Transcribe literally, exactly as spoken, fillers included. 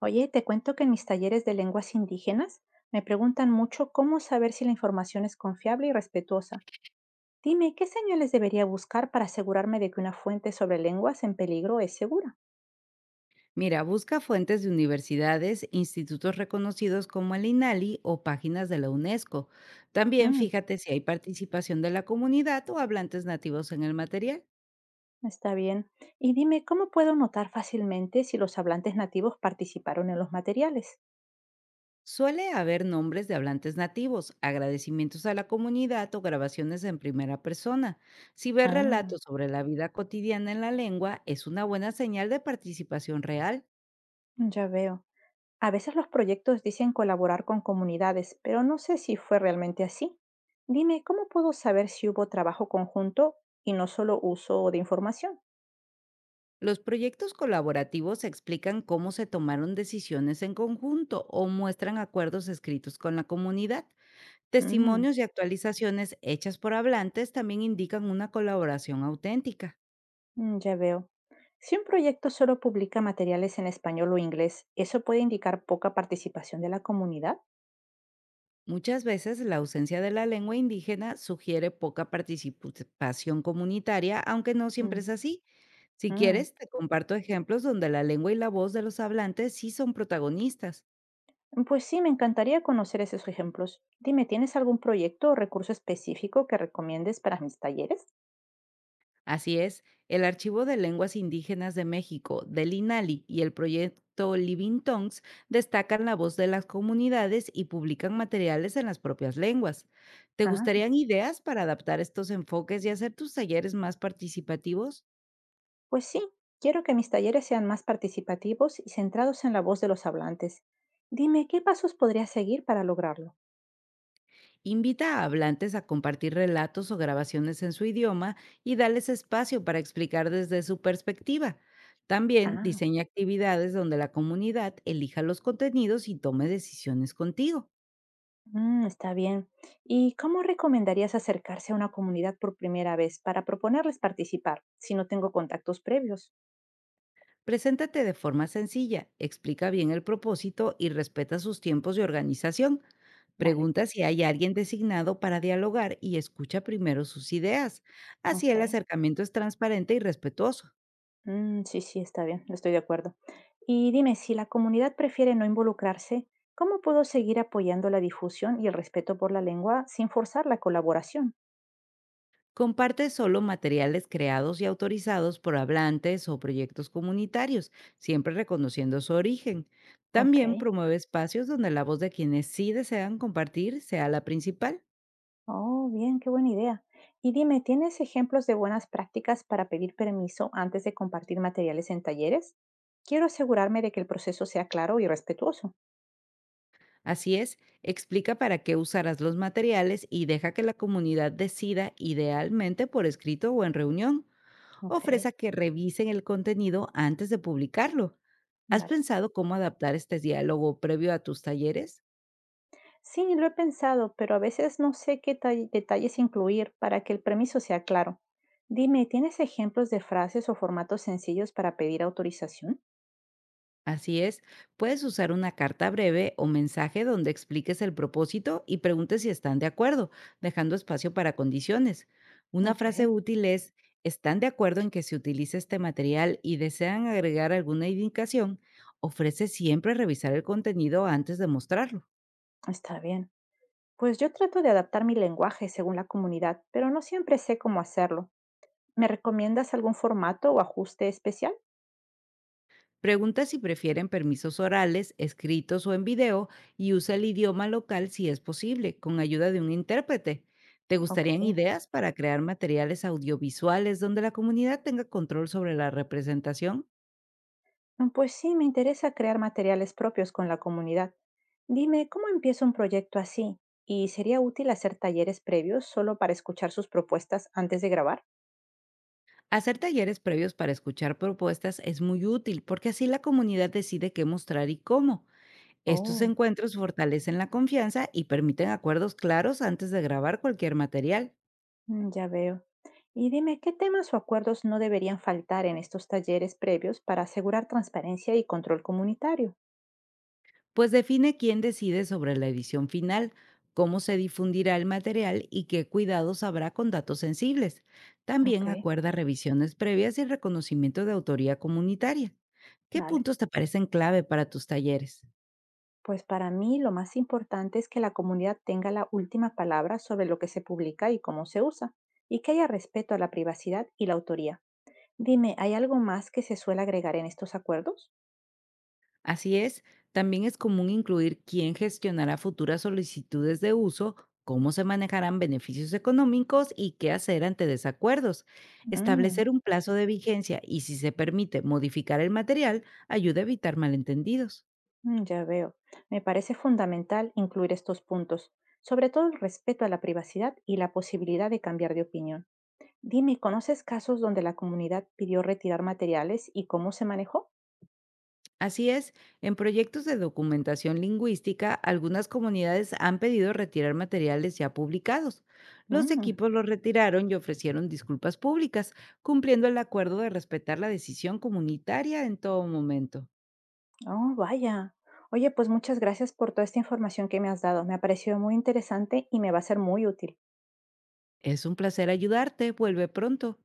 Oye, te cuento que en mis talleres de lenguas indígenas me preguntan mucho cómo saber si la información es confiable y respetuosa. Dime, ¿qué señales debería buscar para asegurarme de que una fuente sobre lenguas en peligro es segura? Mira, busca fuentes de universidades, institutos reconocidos como el INALI o páginas de la UNESCO. También Mm, fíjate si hay participación de la comunidad o hablantes nativos en el material. está bien. Y dime, ¿cómo puedo notar fácilmente si los hablantes nativos participaron en los materiales? Suele haber nombres de hablantes nativos, agradecimientos a la comunidad o grabaciones en primera persona. Si ves Ah, relatos sobre la vida cotidiana en la lengua, es una buena señal de participación real. ya veo. A veces los proyectos dicen colaborar con comunidades, pero no sé si fue realmente así. Dime, ¿cómo puedo saber si hubo trabajo conjunto y no solo uso de información? Los proyectos colaborativos explican cómo se tomaron decisiones en conjunto o muestran acuerdos escritos con la comunidad. Mm, Testimonios y actualizaciones hechas por hablantes también indican una colaboración auténtica. mm, ya veo. Si un proyecto solo publica materiales en español o inglés, ¿eso puede indicar poca participación de la comunidad? Muchas veces la ausencia de la lengua indígena sugiere poca participación comunitaria, aunque no siempre Mm, es así. Si mm. quieres, te comparto ejemplos donde la lengua y la voz de los hablantes sí son protagonistas. Pues sí, me encantaría conocer esos ejemplos. Dime, ¿tienes algún proyecto o recurso específico que recomiendes para mis talleres? Así es, el Archivo de Lenguas Indígenas de México, del INALI, y el proyecto Living Tongues destacan la voz de las comunidades y publican materiales en las propias lenguas. ¿Te Ah. gustarían ideas para adaptar estos enfoques y hacer tus talleres más participativos? Pues sí, quiero que mis talleres sean más participativos y centrados en la voz de los hablantes. Dime, ¿qué pasos podría seguir para lograrlo? Invita a hablantes a compartir relatos o grabaciones en su idioma y dales espacio para explicar desde su perspectiva. También Ah, diseña actividades donde la comunidad elija los contenidos y tome decisiones contigo. mm, está bien. ¿Y cómo recomendarías acercarse a una comunidad por primera vez para proponerles participar si no tengo contactos previos? Preséntate de forma sencilla, explica bien el propósito y respeta sus tiempos de organización. Vale, Pregunta si hay alguien designado para dialogar y escucha primero sus ideas. Así ok. el acercamiento es transparente y respetuoso. Mm, sí, sí, está bien, estoy de acuerdo. Y dime, si la comunidad prefiere no involucrarse, ¿cómo puedo seguir apoyando la difusión y el respeto por la lengua sin forzar la colaboración? Comparte solo materiales creados y autorizados por hablantes o proyectos comunitarios, siempre reconociendo su origen. Ok. También promueve espacios donde la voz de quienes sí desean compartir sea la principal. Oh, bien, qué buena idea. Y dime, ¿tienes ejemplos de buenas prácticas para pedir permiso antes de compartir materiales en talleres? Quiero asegurarme de que el proceso sea claro y respetuoso. Así es, explica para qué usarás los materiales y deja que la comunidad decida, idealmente por escrito o en reunión. Ok, Ofrece que revisen el contenido antes de publicarlo. ¿Has vale. pensado cómo adaptar este diálogo previo a tus talleres? Sí, lo he pensado, pero a veces no sé qué tall- detalles incluir para que el permiso sea claro. Dime, ¿tienes ejemplos de frases o formatos sencillos para pedir autorización? Así es, puedes usar una carta breve o mensaje donde expliques el propósito y preguntes si están de acuerdo, dejando espacio para condiciones. Una Ok, frase útil es, ¿están de acuerdo en que se utilice este material y desean agregar alguna indicación? Ofrece siempre revisar el contenido antes de mostrarlo. está bien. Pues yo trato de adaptar mi lenguaje según la comunidad, pero no siempre sé cómo hacerlo. ¿Me recomiendas algún formato o ajuste especial? Pregunta si prefieren permisos orales, escritos o en video y usa el idioma local si es posible, con ayuda de un intérprete. ¿Te Ok. gustarían ideas para crear materiales audiovisuales donde la comunidad tenga control sobre la representación? Mm, pues sí, me interesa crear materiales propios con la comunidad. Dime, ¿cómo empiezo un proyecto así? ¿Y sería útil hacer talleres previos solo para escuchar sus propuestas antes de grabar? Hacer talleres previos para escuchar propuestas es muy útil porque así la comunidad decide qué mostrar y cómo. Estos Oh, encuentros fortalecen la confianza y permiten acuerdos claros antes de grabar cualquier material. mm, ya veo. Y dime, ¿qué temas o acuerdos no deberían faltar en estos talleres previos para asegurar transparencia y control comunitario? Pues define quién decide sobre la edición final, cómo se difundirá el material y qué cuidados habrá con datos sensibles. Ok, También acuerda revisiones previas y el reconocimiento de autoría comunitaria. ¿Qué vale. puntos te parecen clave para tus talleres? Pues para mí lo más importante es que la comunidad tenga la última palabra sobre lo que se publica y cómo se usa, y que haya respeto a la privacidad y la autoría. Dime, ¿hay algo más que se suele agregar en estos acuerdos? Así es, también es común incluir quién gestionará futuras solicitudes de uso, cómo se manejarán beneficios económicos y qué hacer ante desacuerdos. Mm, Establecer un plazo de vigencia y si se permite modificar el material ayuda a evitar malentendidos. mm, ya veo. Me parece fundamental incluir estos puntos, sobre todo el respeto a la privacidad y la posibilidad de cambiar de opinión. Dime, ¿conoces casos donde la comunidad pidió retirar materiales y cómo se manejó? Así es, en proyectos de documentación lingüística, algunas comunidades han pedido retirar materiales ya publicados. Los Mm. equipos los retiraron y ofrecieron disculpas públicas, cumpliendo el acuerdo de respetar la decisión comunitaria en todo momento. Oh, vaya. Oye, pues muchas gracias por toda esta información que me has dado. Me ha parecido muy interesante y me va a ser muy útil. Es un placer ayudarte, vuelve pronto.